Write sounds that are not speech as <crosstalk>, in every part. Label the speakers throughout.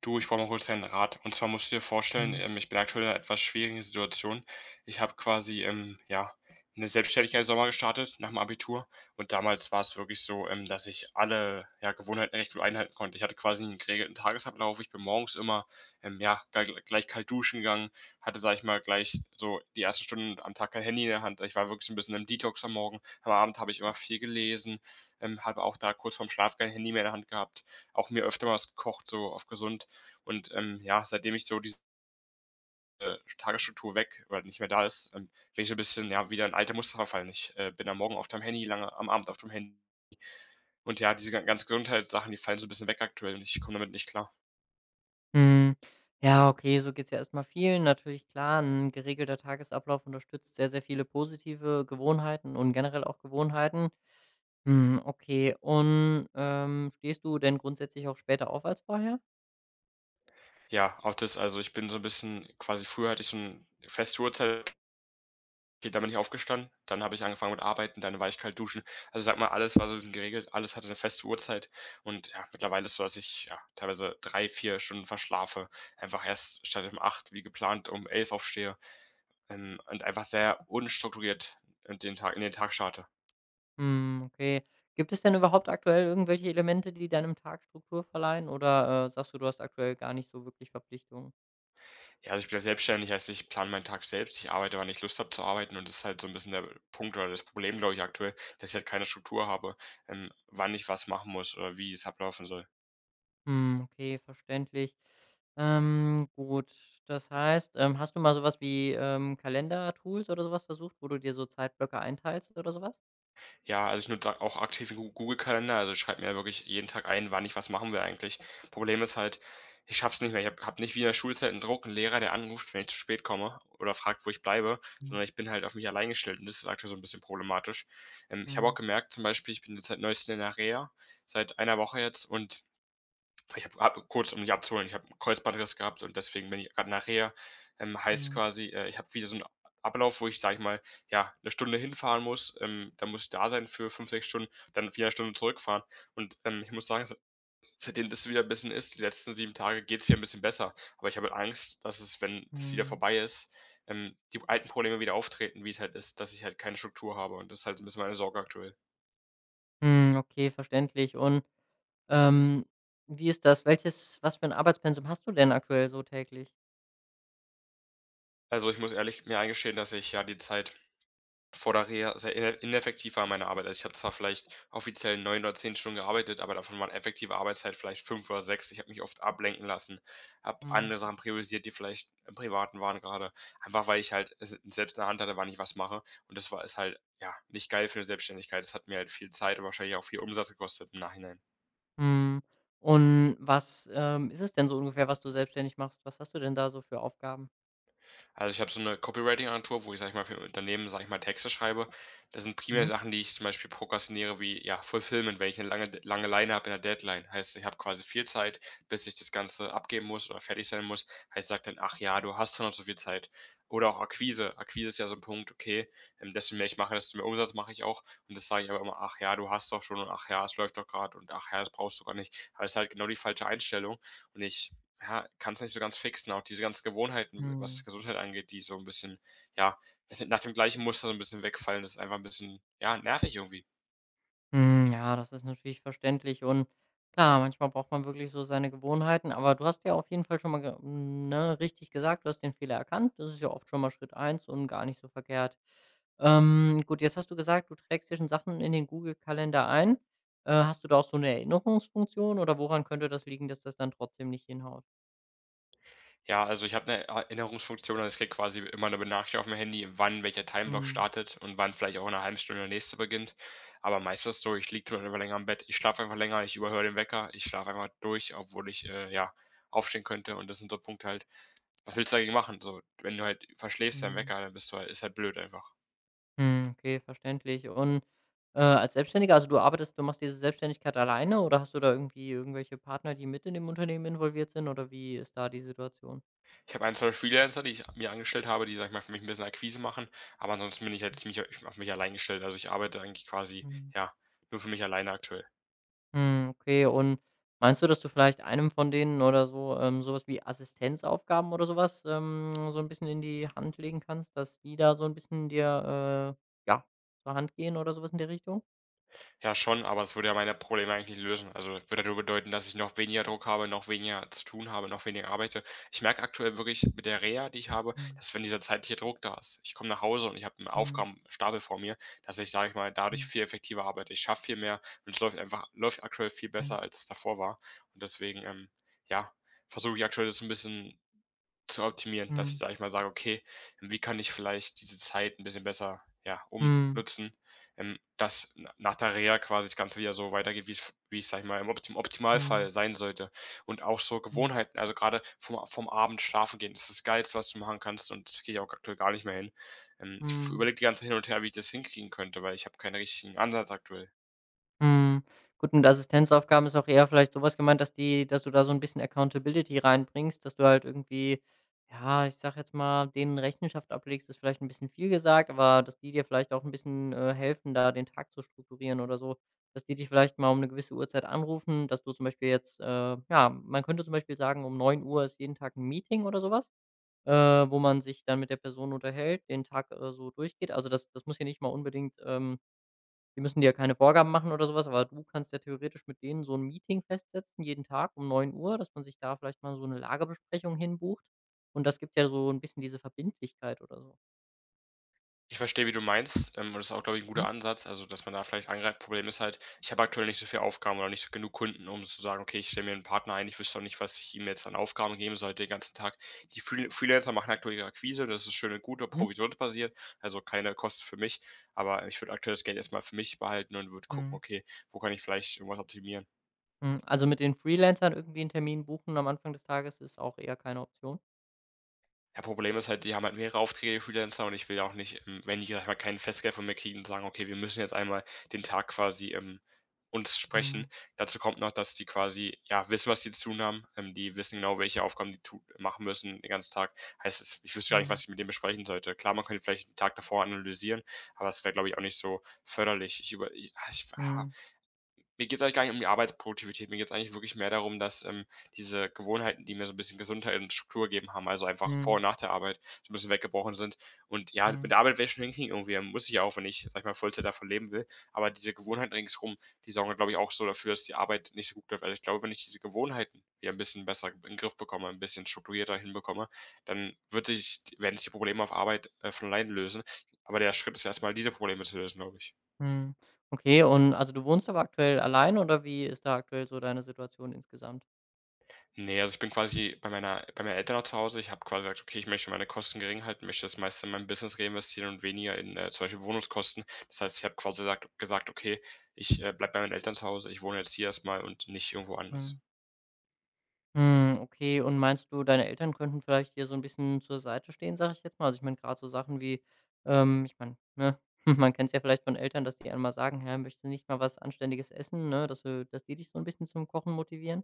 Speaker 1: Du, ich brauche mal kurz deinen Rat. Und zwar musst du dir vorstellen,
Speaker 2: Mhm.
Speaker 1: ich bin aktuell in einer etwas schwierigen Situation. Ich habe quasi, ja, eine Selbstständigkeit im Sommer gestartet, nach dem Abitur. Und damals war es wirklich so, dass ich alle, ja, Gewohnheiten recht gut einhalten konnte. Ich hatte quasi einen geregelten Tagesablauf. Ich bin morgens immer, gleich kalt duschen gegangen, hatte, sag ich mal, gleich so die ersten Stunden am Tag kein Handy in der Hand. Ich war wirklich so ein bisschen im Detox am Morgen. Am Abend habe ich immer viel gelesen, habe auch da kurz vorm Schlaf kein Handy mehr in der Hand gehabt. Auch mir öfter mal was gekocht, so auf gesund, und ja, seitdem ich so diese Tagesstruktur weg oder nicht mehr da ist, bin ich so ein bisschen, ja, wieder in alte Muster verfallen. Ich bin am Morgen auf dem Handy, lange am Abend auf dem Handy. Und ja, diese ganzen Gesundheitssachen, die fallen so ein bisschen weg aktuell, und ich komme damit nicht klar.
Speaker 2: Mhm. Ja, okay, so geht es ja erstmal vielen. Natürlich klar, ein geregelter Tagesablauf unterstützt sehr, sehr viele positive Gewohnheiten und generell auch Gewohnheiten. Hm, okay. Und, stehst du denn grundsätzlich auch später auf als vorher?
Speaker 1: Ja, auch das. Also, ich bin so ein bisschen quasi, früher hatte ich so 'n feste Uhrzeit, okay, da bin ich aufgestanden, dann habe ich angefangen mit Arbeiten, dann war ich kalt duschen. Also, sag mal, alles war so 'n bisschen geregelt, alles hatte eine feste Uhrzeit, und ja, mittlerweile ist so, dass ich, ja, teilweise 3, 4 Stunden verschlafe, einfach erst statt um 8 wie geplant um 11 aufstehe. Und einfach sehr unstrukturiert in den Tag starte.
Speaker 2: Hm, okay. Gibt es denn überhaupt aktuell irgendwelche Elemente, die deinem Tag Struktur verleihen oder, sagst du, du hast aktuell gar nicht so wirklich Verpflichtungen?
Speaker 1: Ja, also ich bin ja selbstständig, heißt, ich plane meinen Tag selbst. Ich arbeite, wann ich Lust habe zu arbeiten, und das ist halt so ein bisschen der Punkt oder das Problem, glaube ich, aktuell, dass ich halt keine Struktur habe, wann ich was machen muss oder wie es ablaufen soll.
Speaker 2: Hm, okay, verständlich. Gut, das heißt, hast du mal sowas wie, Kalender-Tools oder sowas versucht, wo du dir so Zeitblöcke einteilst oder sowas.
Speaker 1: Ja, also ich nutze auch aktiv den Gu Google-Kalender, also ich schreibe mir wirklich jeden Tag ein, wann ich was machen will eigentlich. Problem ist halt, ich schaff's nicht mehr. Ich habe nicht wie in der Schulzeit einen Druck, einen Lehrer, der anruft, wenn ich zu spät komme oder fragt, wo ich bleibe,
Speaker 2: Hm.
Speaker 1: sondern ich bin halt auf mich allein gestellt, und das ist aktuell so ein bisschen problematisch. Ich habe auch
Speaker 2: Hm.
Speaker 1: gemerkt zum Beispiel, ich bin jetzt seit Neuestem in der Reha, seit einer Woche jetzt, und ich habe, kurz, um dich abzuholen, ich habe 'n Kreuzbandriss gehabt und deswegen bin ich grad nach. Heißt
Speaker 2: Mhm,
Speaker 1: quasi, ich habe wieder so einen Ablauf, wo ich, sage ich mal, ja, eine Stunde hinfahren muss, dann muss ich da sein für 5 6 Stunden, dann 4 Stunden zurückfahren. Und, ich muss sagen, se seitdem das wieder 'n bisschen ist, die letzten 7 Tage geht es wieder ein bisschen besser. Aber ich habe halt Angst, dass es, wenn
Speaker 2: mhm,
Speaker 1: es wieder
Speaker 2: mhm.
Speaker 1: vorbei ist, die alten Probleme wieder auftreten, wie es halt ist, dass ich halt keine Struktur habe, und das ist halt so ein bisschen meine Sorge aktuell.
Speaker 2: Hm, okay, verständlich. Und, ähm, wie ist das? Welches was für ein Arbeitspensum hast du denn aktuell so täglich?
Speaker 1: Also, ich muss ehrlich mir eingestehen, dass ich ja die Zeit vor der Reha sehr ineffektiv war meine Arbeit. Also, ich habe zwar vielleicht offiziell 9 oder 10 Stunden gearbeitet, aber davon waren effektive Arbeitszeit vielleicht 5 oder 6. Ich habe mich oft ablenken lassen, habe
Speaker 2: Hm.
Speaker 1: andere Sachen priorisiert, die vielleicht im Privaten waren gerade, einfach weil ich halt es selbst in der Hand hatte, wann ich was mache. Und das war ist halt, ja, nicht geil für 'ne Selbstständigkeit. Das hat mir halt viel Zeit und wahrscheinlich auch viel Umsatz gekostet im Nachhinein.
Speaker 2: Hm. Und was, ist es denn so ungefähr, was du selbstständig machst? Was hast du denn da so für Aufgaben?
Speaker 1: Also, ich habe so eine Copywriting-Agentur, wo ich, sag ich mal, für Unternehmen, sag ich mal, Texte schreibe. Das sind primär
Speaker 2: Mhm,
Speaker 1: Sachen, die ich zum Beispiel prokrastiniere, wie, ja, Fulfillment, wenn ich eine lange Leine habe in der Deadline. Heißt, ich habe quasi viel Zeit, bis ich das Ganze abgeben muss oder fertig sein muss. Heißt, ich sage dann: „Ach ja, du hast doch noch so viel Zeit." Oder auch Akquise. Akquise ist ja so ein Punkt, okay, desto mehr ich mache, desto mehr Umsatz mache ich auch. Und das sage ich aber immer: „Ach ja, du hast doch schon" und „Ach ja, es läuft doch gerade" und „Ach ja, das brauchst du gar nicht." Aber das ist halt genau die falsche Einstellung, und ich, ja, kann es nicht so ganz fixen. Auch diese ganzen Gewohnheiten,
Speaker 2: mhm.
Speaker 1: was Gesundheit angeht, die so ein bisschen, ja, <laughs> nach dem gleichen Muster so ein bisschen wegfallen, das ist einfach ein bisschen, ja, nervig irgendwie.
Speaker 2: Hm, ja, das ist natürlich verständlich und klar, manchmal braucht man wirklich so seine Gewohnheiten, aber du hast ja auf jeden Fall schon mal ne, richtig gesagt, du hast den Fehler erkannt. Das ist ja oft schon mal Schritt eins und gar nicht so verkehrt. Gut, jetzt hast du gesagt, du trägst dir schon Sachen in den Google-Kalender ein. Hast du da auch so eine Erinnerungsfunktion oder woran könnte das liegen, dass das dann trotzdem nicht hinhaut?
Speaker 1: Ja, also ich habe eine Erinnerungsfunktion, und es kriegt quasi immer eine Benachrichtigung auf mein Handy, wann welcher Timeblock
Speaker 2: Mhm,
Speaker 1: startet und wann vielleicht auch in 'ner halben Stunde der nächste beginnt. Aber meistens ist es so, ich liege zum Beispiel einfach länger im Bett, ich schlafe einfach länger, ich überhöre den Wecker, ich schlafe einfach durch, obwohl ich, ja, aufstehen könnte, und das sind so Punkte halt, was willst du dagegen machen? So, wenn du halt verschläfst deinen
Speaker 2: mhm.
Speaker 1: Wecker, dann bist du halt, ist halt blöd einfach.
Speaker 2: Mhm, okay, verständlich. Und, als Selbstständiger, also, du machst diese Selbstständigkeit alleine oder hast du da irgendwie irgendwelche Partner, die mit in dem Unternehmen involviert sind oder wie ist da die Situation?
Speaker 1: Ich habe ein, 2 Freelancer, die ich mir angestellt habe, die, sag ich mal, für mich ein bisschen Akquise machen, aber ansonsten bin ich halt ziemlich auf mich allein gestellt. Also, ich arbeite eigentlich quasi,
Speaker 2: Mhm.
Speaker 1: ja, nur für mich alleine aktuell.
Speaker 2: Mhm, okay. Und meinst du, dass du vielleicht einem von denen oder so, so wie Assistenzaufgaben oder sowas, so ein bisschen in die Hand legen kannst, dass die da so ein bisschen dir, äh, ja, zur Hand gehen oder sowas in der Richtung?
Speaker 1: Ja, schon, aber es würde ja meine Probleme eigentlich lösen. Also, es würde ja nur bedeuten, dass ich noch weniger Druck habe, noch weniger zu tun habe, noch weniger arbeite. Ich merke aktuell wirklich mit der Reha, die ich habe,
Speaker 2: Mhm.
Speaker 1: dass wenn dieser zeitliche Druck da ist, ich komme nach Hause und ich habe einen
Speaker 2: Mhm.
Speaker 1: Aufgabenstapel vor mir, dass ich, sage ich mal, dadurch viel effektiver arbeite. Ich schaffe viel mehr, und es läuft aktuell viel
Speaker 2: Mhm.
Speaker 1: besser, als es davor war. Und deswegen, ja, versuche ich aktuell das ein bisschen zu optimieren, dass ich,
Speaker 2: Mhm.
Speaker 1: sage ich mal, sage: „Okay, wie kann ich vielleicht diese Zeit ein bisschen besser, ja,
Speaker 2: Mhm.
Speaker 1: umnutzen?" Dass nach der Reha quasi das Ganze wieder so weitergeht, wie es, sage ich mal, im
Speaker 2: Mhm. Mhm.
Speaker 1: Optimalfall sein sollte. Und auch so
Speaker 2: Mhm.
Speaker 1: Gewohnheiten, also gerade vom Abend schlafengehen ist das Geilste, was du machen kannst, und das gehe ich auch aktuell gar nicht mehr hin. Ich
Speaker 2: Mhm.
Speaker 1: überlege die ganze Zeit hin und her, wie ich das hinkriegen könnte, weil ich habe keinen richtigen Ansatz aktuell.
Speaker 2: Mhm. Gut, mit Assistenzaufgaben ist auch eher vielleicht sowas gemeint, dass die dass du da so ein bisschen Accountability reinbringst, dass du halt irgendwie, ja, ich sage jetzt mal, denen Rechenschaft ablegst, ist vielleicht ein bisschen viel gesagt, aber dass die dir vielleicht auch ein bisschen, helfen, da den Tag zu strukturieren oder so. Dass die dich vielleicht mal um eine gewisse Uhrzeit anrufen, dass du zum Beispiel jetzt, ja, man könnte zum Beispiel sagen, um 9 Uhr ist jeden Tag ein Meeting oder sowas, wo man sich dann mit der Person unterhält, den Tag, so durchgeht. Also, das muss ja nicht mal unbedingt, die müssen dir ja keine Vorgaben machen oder sowas, aber du kannst ja theoretisch mit denen so ein Meeting festsetzen, jeden Tag um 9 Uhr, dass man sich da vielleicht mal so eine Lagebesprechung hinbucht. Und das gibt ja so ein bisschen diese Verbindlichkeit oder so.
Speaker 1: Ich verstehe, wie du meinst, und das ist auch, glaube ich, ein
Speaker 2: Mhm,
Speaker 1: guter Ansatz, also, dass man da vielleicht angreift. Problem ist halt, ich habe aktuell nicht so viele Aufgaben oder nicht so genug Kunden, um zu sagen: „Okay, ich stelle mir einen Partner ein." Ich wüsste auch nicht, was ich ihm jetzt an Aufgaben geben sollte den ganzen Tag. Die Freelancer machen aktuell ihre Akquise, das ist schön und gut und
Speaker 2: mhm.
Speaker 1: provisionsbasiert, also, keine Kosten für mich, aber ich würde aktuell das Geld erstmal für mich behalten und würde gucken:
Speaker 2: Mhm,
Speaker 1: „Okay, wo kann ich vielleicht irgendwas optimieren?"
Speaker 2: mhm. Also, mit den Freelancern irgendwie einen Termin buchen am Anfang des Tages ist auch eher keine Option?
Speaker 1: Ja, Problem ist halt, die haben halt mehrere Aufträge, die Freelancer, und ich will ja auch nicht, wenn die, sage ich mal, kein Festgeld von mir kriegen, sagen: „Okay, wir müssen jetzt einmal den Tag quasi, uns sprechen."
Speaker 2: Mhm,
Speaker 1: Dazu kommt noch, dass die quasi, ja, wissen, was sie zu tun haben. Die wissen genau, welche Aufgaben die tu machen müssen den ganzen Tag. Heißt es Ich wüsste gar nicht,
Speaker 2: mhm,
Speaker 1: was ich mit denen besprechen sollte. Klar, man könnte vielleicht den Tag davor analysieren, aber das wäre, glaube ich, auch nicht so förderlich. Ich über i ah, ich ah
Speaker 2: mhm,
Speaker 1: Mir geht es eigentlich gar nicht um die Arbeitsproduktivität. Mir geht es eigentlich wirklich mehr darum, dass, diese Gewohnheiten, die mir so ein bisschen Gesundheit und Struktur gegeben haben, also einfach vor
Speaker 2: mhm,
Speaker 1: und nach der Arbeit so ein bisschen weggebrochen sind. Und ja, mit
Speaker 2: mhm,
Speaker 1: der Arbeit werde ich schon hinkriegen irgendwie, muss ich ja auch, wenn ich, sag ich mal, Vollzeit davon leben will. Aber diese Gewohnheiten ringsherum, die sorgen, glaube ich, auch so dafür, dass die Arbeit nicht so gut läuft. Also, ich glaube, wenn ich diese Gewohnheiten wieder ein bisschen besser in 'n Griff bekomme, ein bisschen strukturierter hinbekomme, dann wird sich werden sich die Probleme auf Arbeit, von allein lösen. Aber der Schritt ist erst mal, diese Probleme zu lösen, glaube ich.
Speaker 2: mhm. Okay, und also, du wohnst aber aktuell alleine oder wie ist da aktuell so deine Situation insgesamt?
Speaker 1: Ne, also ich bin quasi bei meinen Eltern noch zu Hause. Ich habe quasi gesagt: „Okay, ich möchte meine Kosten gering halten, möchte das meiste in mein Business reinvestieren und weniger in, zum Beispiel Wohnungskosten." Das heißt, ich habe quasi gesagt: „Okay, ich bleibe bei meinen Eltern zu Hause. Ich wohne jetzt hier erstmal und nicht irgendwo anders."
Speaker 2: Mhm. Hm, okay. Und meinst du, deine Eltern könnten vielleicht hier so 'n bisschen zur Seite stehen, sage ich jetzt mal? Also, ich meine grad so Sachen wie, ich meine, ne, <laughs> man kennt's ja vielleicht von Eltern, dass die einem mal sagen: „Ja, möchtest du nicht mal was Anständiges essen“, ne? Dass du dass die dich so 'n bisschen zum Kochen motivieren?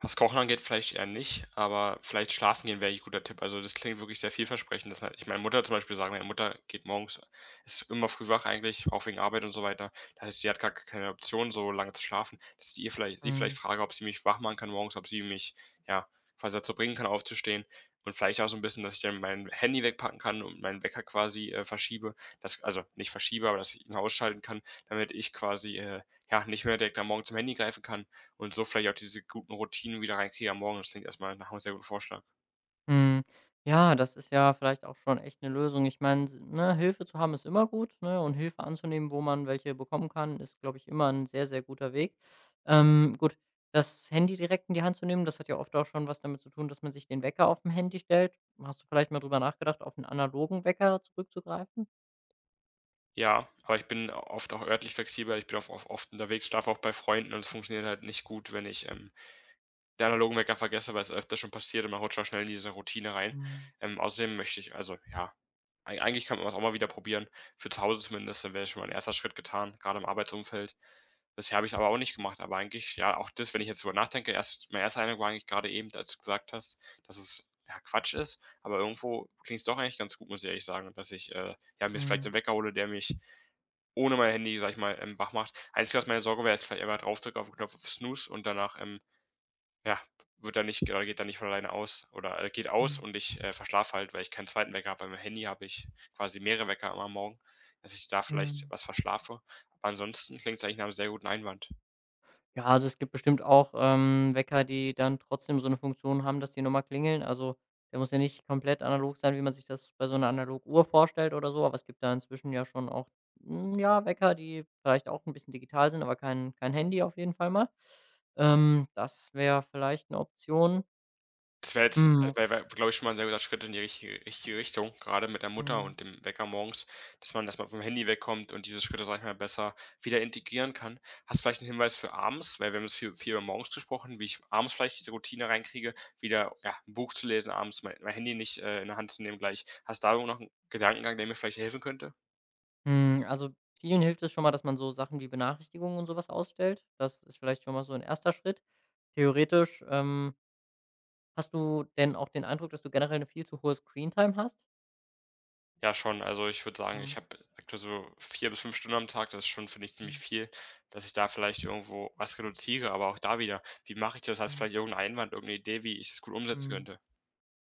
Speaker 1: Was Kochen angeht, vielleicht eher nicht, aber vielleicht schlafen gehen wäre eigentlich 'n guter Tipp. Also, das klingt wirklich sehr vielversprechend. Dass man ich meine Mutter zum Beispiel sagen Meine Mutter geht morgens ist immer früh wach eigentlich, auch wegen Arbeit und so weiter. Das heißt, sie hat gar keine Option, so lange zu schlafen, dass sie vielleicht frage, ob sie mich wach machen kann morgens, ob sie mich, ja, quasi dazu bringen kann, aufzustehen, und vielleicht auch so ein bisschen, dass ich dann mein Handy wegpacken kann und meinen Wecker quasi, verschiebe. Das also, nicht verschiebe, aber dass ich ihn ausschalten kann, damit ich quasi, ja, nicht mehr direkt am Morgen zum Handy greifen kann und so vielleicht auch diese guten Routinen wieder reinkriege am Morgen. Das klingt erst mal nach 'nem sehr guten Vorschlag.
Speaker 2: Hm, ja, das ist ja vielleicht auch schon echt eine Lösung. Ich meine, ne, Hilfe zu haben ist immer gut, ne, und Hilfe anzunehmen, wo man welche bekommen kann, ist, glaube ich, immer ein sehr, sehr guter Weg. Gut, das Handy direkt in die Hand zu nehmen, das hat ja oft auch schon was damit zu tun, dass man sich den Wecker auf dem Handy stellt. Hast du vielleicht mal drüber nachgedacht, auf einen analogen Wecker zurückzugreifen?
Speaker 1: Ja, aber ich bin oft auch örtlich flexibel. Ich bin auch of oft unterwegs, schlafe auch bei Freunden, und es funktioniert halt nicht gut, wenn ich, den analogen Wecker vergesse, weil es öfter schon passiert, und man rutscht auch schnell in diese Routine rein.
Speaker 2: Mhm.
Speaker 1: Außerdem möchte ich, also, ja, Ei eigentlich kann man das auch mal wieder probieren. Für zu Hause zumindest, dann wäre schon mal ein erster Schritt getan, gerade im Arbeitsumfeld. Bisher habe ich's aber auch nicht gemacht, aber eigentlich, ja, auch das. Wenn ich jetzt drüber nachdenke, erst mein erster Eindruck war eigentlich gerade eben, als du gesagt hast, dass es, ja, Quatsch ist, aber irgendwo klingt es doch eigentlich ganz gut, muss ich ehrlich sagen, dass ich, ja, mir vielleicht so
Speaker 2: Mhm.
Speaker 1: 'n Wecker hole, der mich ohne mein Handy, sage ich mal, wach macht. Einzige, was meine Sorge wäre, ist vielleicht einfach draufdrücken auf den Knopf auf Snooze, und danach, ja, wird dann nicht oder geht dann nicht von alleine aus, oder, geht aus
Speaker 2: Mhm.
Speaker 1: und ich, verschlafe halt, weil ich keinen zweiten Wecker habe. Beim Handy habe ich quasi mehrere Wecker am Morgen, dass ich da vielleicht
Speaker 2: Mhm.
Speaker 1: was verschlafe. Aber ansonsten klingt's eigentlich nach einem sehr guten Einwand.
Speaker 2: Ja, also es gibt bestimmt auch, Wecker, die dann trotzdem so eine Funktion haben, dass die nochmal klingeln. Also, der muss ja nicht komplett analog sein, wie man sich das bei so einer 'ner Uhr vorstellt oder so, aber es gibt da inzwischen ja schon auch, hm, ja, Wecker, die vielleicht auch ein bisschen digital sind, aber kein Handy auf jeden Fall mal. Das wäre vielleicht eine Option.
Speaker 1: Das
Speaker 2: Hm,
Speaker 1: wäre, glaube ich, schon mal 'n sehr guter Schritt in die richtige Richtung, gerade mit der Mutter
Speaker 2: mhm,
Speaker 1: und dem Wecker morgens, dass man vom Handy wegkommt und diese Schritte, sage ich mal, besser wieder integrieren kann. Hast du vielleicht einen Hinweis für abends? Weil wir haben jetzt viel über morgens gesprochen, wie ich abends vielleicht diese Routine reinkriege, wieder, ja, 'n Buch zu lesen abends, mein Handy nicht, in der Hand zu nehmen gleich. Hast du da noch einen Gedankengang, der mir vielleicht helfen könnte?
Speaker 2: hm, also vielen hilft es schon mal, dass man so Sachen wie Benachrichtigungen und sowas ausstellt. Das ist vielleicht schon mal so ein erster Schritt. Theoretisch, hast du denn auch den Eindruck, dass du generell eine viel zu hohe Screentime hast?
Speaker 1: Ja, schon. Also, ich würde sagen,
Speaker 2: Mhm,
Speaker 1: ich habe aktuell so 4 bis 5 Stunden am Tag. Das ist schon, finde ich, ziemlich
Speaker 2: mhm,
Speaker 1: viel, dass ich da vielleicht irgendwo was reduziere, aber auch da wieder, wie mache ich das? Hast du
Speaker 2: mhm,
Speaker 1: vielleicht irgend Einwand, irgendeine Idee, wie ich das gut umsetzen
Speaker 2: mhm.
Speaker 1: könnte?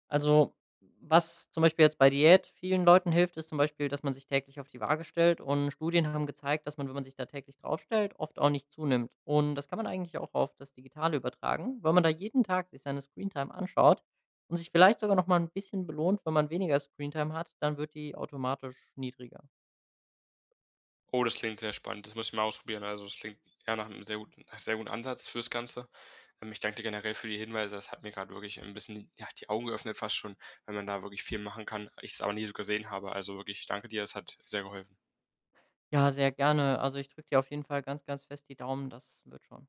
Speaker 2: Also, was zum Beispiel jetzt bei Diät vielen Leuten hilft, ist zum Beispiel, dass man sich täglich auf die Waage stellt und Studien haben gezeigt, dass man, wenn man sich da täglich drauf stellt, oft auch nicht zunimmt. Und das kann man eigentlich auch auf das Digitale übertragen, weil man da jeden Tag sich seine Screentime anschaut und sich vielleicht sogar noch mal ein bisschen belohnt, wenn man weniger Screentime hat, dann wird die automatisch niedriger.
Speaker 1: Oh, das klingt sehr spannend. Das muss ich mal ausprobieren. Also, das klingt eher nach einem sehr guten Ansatz fürs Ganze. Ich danke dir generell für die Hinweise. Das hat mir gerade wirklich ein bisschen, ja, die Augen geöffnet fast schon, weil man da wirklich viel machen kann, ich es aber nie so gesehen habe. Also, wirklich, ich danke dir, es hat sehr geholfen.
Speaker 2: Ja, sehr gerne. Also, ich drücke dir auf jeden Fall ganz, ganz fest die Daumen, das wird schon.